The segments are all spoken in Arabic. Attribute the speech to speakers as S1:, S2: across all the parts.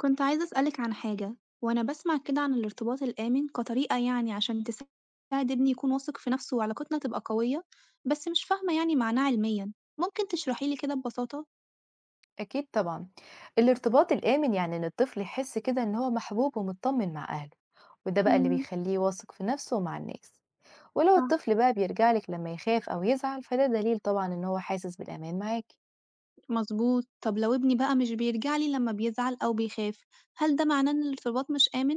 S1: كنت عايزة أسألِك عن حاجة، وأنا باسمع كده عن الارتباط الآمن كطريقة يعني عشان تساعد ابني يكون واثق في نفسه وعلاقتنا تبقى قوية، بس مش فاهمة يعني معناه علميًا، ممكن تشرحي لي كده ببساطة؟
S2: أكيد طبعًا، الارتباط الآمن يعني إن الطفل يحس كده إن هو محبوب ومتطمن مع أهله، وده بقى اللي
S1: امم
S2: بيخلّيه واثق في نفسه ومع الناس، ولو
S1: صح.
S2: الطفل بقى بيرجع لِك لمّا يخاف أو يزعل فده دليل طبعًا إن هو حاسس بالأمان معاكِ.
S1: مظبوط، طب لو ابني بقى مش بيرجع لي لما بيزعل أو بيخاف، هل ده معناه إن الارتباط مش آمن؟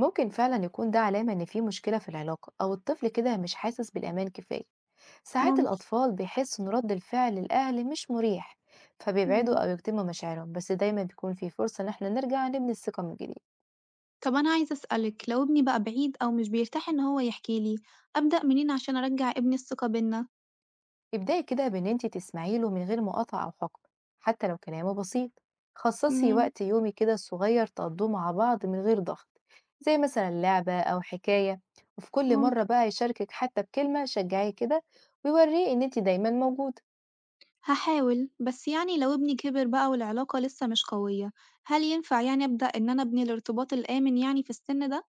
S2: ممكن فعلًا يكون ده علامة إن في مشكلة في العلاقة أو الطفل كده مش حاسس بالأمان كفاية، ساعات
S1: ممكن.
S2: الأطفال بيحسوا إن رد الفعل الأهل مش مريح، فبيبعدوا
S1: مم.
S2: أو يكتموا مشاعرهم، بس دايمًا بيكون في فرصة إن إحنا نرجع نبني الثقة من جديد.
S1: طب أنا عايزة أسألِك لو ابني بقى بعيد أو مش بيرتاح إن هو يحكي لي، أبدأ منين عشان أرجع ابني الثقة بينا؟
S2: ابدأي كده بإن أنت تسمعي له من غير مقاطعة أو حكم، حتى لو كلامه بسيط. خصصي
S1: مم.
S2: وقت يومي كده صغير تقضوه مع بعض من غير ضغط، زي مثلا لعبة أو حكاية. وفي كل مرة
S1: ممكن.
S2: بقى يشاركك حتى بكلمة شجعيه كده ويوريه إن أنت دايما موجودة.
S1: هاحاول، بس يعني لو ابني كبر بقى والعلاقة لسه مش قوية، هل ينفع يعني أبدأ إن أنا أبني الارتباط الآمن يعني في السن ده؟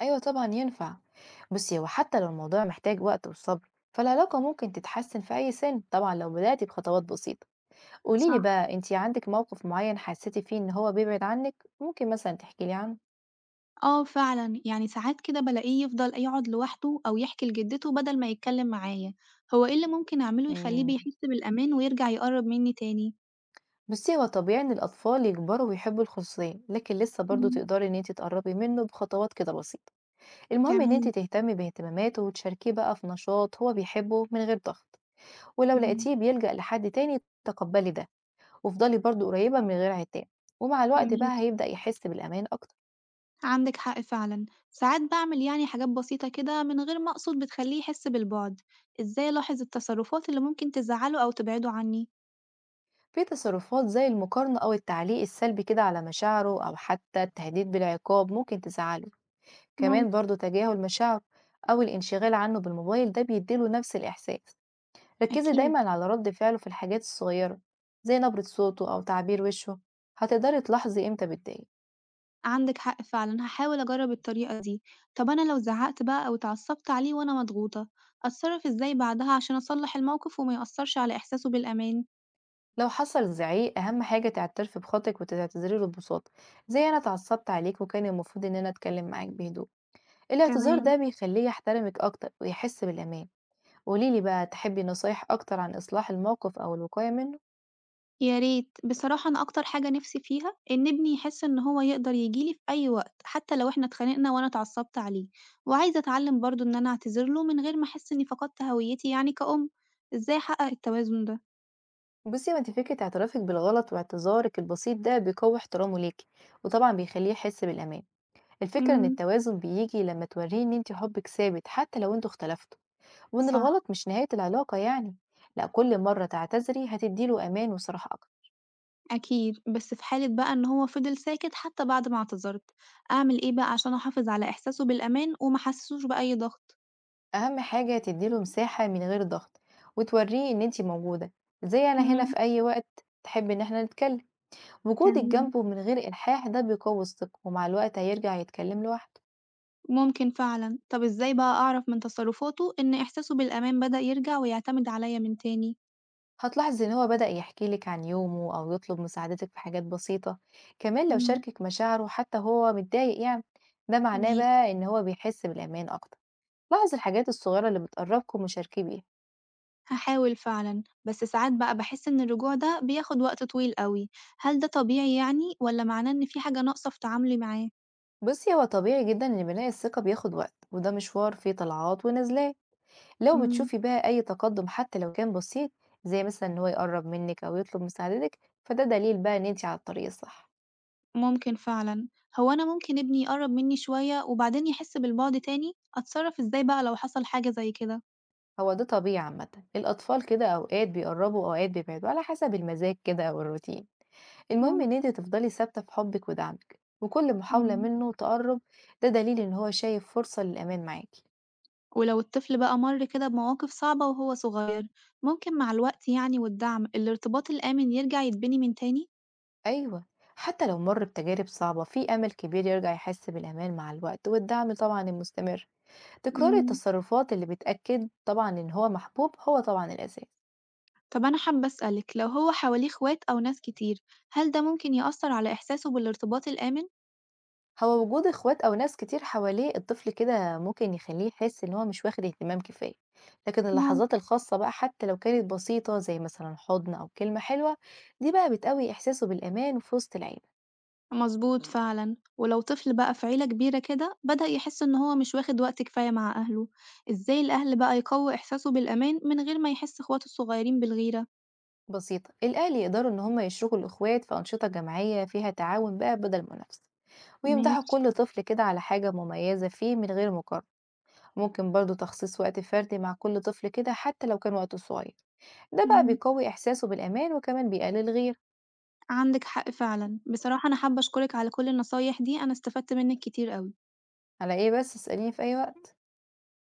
S2: أيوة طبعا ينفع. بصي، هو حتى لو الموضوع محتاج وقت وصبر، فالعلاقة ممكن تتحسن في أي سن طبعا لو بدأتي بخطوات بسيطة. قوليلي
S1: صح.
S2: بقى، أنت عندك موقف معين حسيتي فيه إن هو بيبعد عنك؟ ممكن مثلا تحكيلي عنه.
S1: آه فعلا يعني ساعات كده بلاقيه يفضل يقعد لوحده أو يحكي لجدته بدل ما يتكلم معايا، هو إيه اللي ممكن أعمله يخليه
S2: مم.
S1: بيحس بالأمان ويرجع يقرب مني تاني؟
S2: بُصّي، هو طبيعي إن الأطفال يكبروا ويحبوا الخصوصية، لكن لسه برضه
S1: مم.
S2: تقدري إن أنتِ تقرّبي منه بخطوات كده بسيطة. المهم إن أنتِ
S1: تمام.
S2: تهتمي باهتماماته وتشاركيه بقى في نشاط هو بيحبه من غير ضغط، ولو
S1: مم.
S2: لقيتيه بيلجأ لحد تاني تقبّلي ده، وافضلي برضه قريّبة من غير عتاب، ومع الوقت بقى
S1: ماشي.
S2: هيبدأ يحس بالأمان أكتر.
S1: عندك حق فعلا. ساعات بعمل يعني حاجات بسيطة كده من غير ما أقصد بتخليه يحس بالبعد، إزاي ألاحظ التصرفات اللي ممكن تزعله أو تبعده عني؟
S2: في تصرفات زي المقارنة أو التعليق السلبي كده على مشاعره أو حتى التهديد بالعقاب ممكن تزعّله، كمان
S1: ممكن.
S2: برضه تجاهل مشاعره أو الانشغال عنه بالموبايل ده بيدّي له نفس الإحساس. ركزي
S1: أكيد،
S2: دايما على رد فعله في الحاجات الصغيرة، زي نبرة صوته أو تعبير وشه، هتقدري تلاحظي امتى بتضايق.
S1: عندِك حق فعلًا، هاحاول أجرّب الطريقة دي. طب أنا لو زعّقت بقى أو اتعصبت عليه وأنا مضغوطة، أتصرّف إزاي بعدها عشان أصلّح الموقف وما يأثّرش على إحساسه بالأمان؟
S2: لو حصل زعيق أهم حاجة تعترفي بخطئك وتعتذري له ببساطة، زي أنا اتعصبت عليك وكان المفروض إن أنا أتكلم معاك بهدوء. الاعتذار
S1: تمام.
S2: ده بيخليه يحترمك أكتر ويحس بالأمان. قوليلي بقى، تحبي نصايح أكتر عن إصلاح الموقف أو الوقاية منه؟
S1: يا ريت. بصراحة أنا أكتر حاجة نِفْسي فيها إن ابني يحس إن هو يقدر ييجي لي في أي وقت، حتى لو إحنا اتخانقنا وأنا اتعصبت عليه، وعايزة أتعلّم برضه إن أنا أعتذر له من غير ما أحس إني فقدت هويتي يعني كأم. إزاي أحقق التوازن ده؟
S2: بصي، ما انت فكرة اعترافك بالغلط واعتذارك البسيط ده بيقوي احترامه ليكي، وطبعا بيخليه يحس بالأمان. الفكرة إن
S1: إمم،
S2: التوازن بيجي لما توريه إن انتي حبك ثابت حتى لو انتوا اختلفتوا، وإن
S1: صح.
S2: الغلط مش نهاية العلاقة يعني. لا، كل مرة تعتذري هتديله أمان وصراحة أكتر.
S1: أكيد، بس في حالة بقى إن هو فضل ساكت حتى بعد ما اعتذرت، أعمل إيه بقى عشان أحافظ على إحساسه بالأمان وما أحسسوش بأي ضغط؟
S2: أهم حاجة تديله مساحة من غير ضغط، وتوريه إن انتي موجودة، زي أنا هنا
S1: امم
S2: في أي وقت تحب إن احنا نتكلم. وجودك
S1: تمام.
S2: جنبه من غير إلحاح ده بيقوي الثقة، ومع الوقت هيرجع يتكلم لوحده.
S1: ممكن فعلًا، طب إزاي بقى أعرف من تصرفاته إن إحساسه بالأمان بدأ يرجع ويعتمد عليا من تاني؟
S2: هتلاحظي إن هو بدأ يحكي لك عن يومه أو يطلب مساعدتك في حاجات بسيطة، كمان لو
S1: امم
S2: شاركك مشاعره حتى هو متضايق يعني، ده معناه
S1: ماشي.
S2: بقى إن هو بيحس بالأمان أكتر. لاحظ الحاجات الصغيرة اللي بتقربكم وشاركيه بيها.
S1: هحاول فعلًا، بس ساعات بقى بحس إن الرجوع ده بياخد وقت طويل أوي، هل ده طبيعي يعني ولا معناه إن في حاجة ناقصة في تعاملي معاه؟
S2: بصي، هو طبيعي جدا إن بناء الثقة بياخد وقت، وده مشوار فيه طلعات ونزلات. لو
S1: امم
S2: بتشوفي بقى أي تقدم حتى لو كان بسيط، زي مثلا إن هو يقرب منك أو يطلب مساعدتك، فده دليل بقى إن انتي على الطريق الصح.
S1: ممكن فعلًا، هو أنا ممكن ابني يقرّب منّي شوية وبعدين يحس بالبُعد تاني، أتصرّف إزاي بقى لو حصل حاجة زي كده؟
S2: هو ده طبيعي عامة، الأطفال كده أوقات بيقربوا وأوقات بيبعدوا على حسب المزاج كده أو الروتين. المهم إن
S1: ممكن.
S2: انتي تفضلي ثابتة في حبك ودعمك، وكل محاولة
S1: إمم.
S2: منه تقرب ده دليل إن هو شايف فرصة للأمان معاكي.
S1: ولو الطفل بقى مَر كده بمواقف صعبة وهو صغير، ممكن مع الوقت يعني والدعم الارتباط الآمن يرجع يتبني من تاني؟
S2: أيوة، حتى لو مر بتجارب صعبة في أمل كبير يرجع يحس بالأمان مع الوقت والدعم طبعا المستمر. تكرار
S1: إمم.
S2: التصرفات اللي بتأكد طبعا إن هو محبوب هو طبعا الأساس.
S1: طب أنا حابة أسألِك لو هو حواليه إخوات أو ناس كتير، هل ده ممكن يأثّر على إحساسه بالارتباط الآمن؟
S2: هو وجود اخوات أو ناس كتير حواليه الطفل كده ممكن يخليه يحس إن هو مش واخد اهتمام كفاية، لكن
S1: ممكن.
S2: اللحظات الخاصة بقى حتى لو كانت بسيطة زي مثلا حضن أو كلمة حلوة، دي بقى بتقوي إحساسه بالأمان في وسط العيلة.
S1: مضبوط فعلًا، ولو طفل بقى في عيلة كبيرة كده بدأ يحس إن هو مش واخد وقت كفاية مع أهله، إزاي الأهل بقى يقوّي إحساسه بالأمان من غير ما يحس إخواته الصغيرين بالغيرة؟
S2: بسيطة، الأهل يقدروا إن هما يشركوا الإخوات في أنشطة جماعية فيها تعاون بقى بدل منافسة، ويمدحوا
S1: ماشي،
S2: كل طفل كده على حاجة مميزة فيه من غير مقارنة، ممكن برضه تخصيص وقت فردي مع كل طفل كده حتى لو كان وقته صغير، ده بقى
S1: إمم،
S2: بيقوي إحساسه بالأمان وكمان بيقلل الغياب.
S1: عندِك حق فعلًا، بصراحة أنا حابة أشكرِك على كل النصايح دي، أنا استفدت منِّك كتير أوي.
S2: على إيه بس، اسأليني في أي وقت.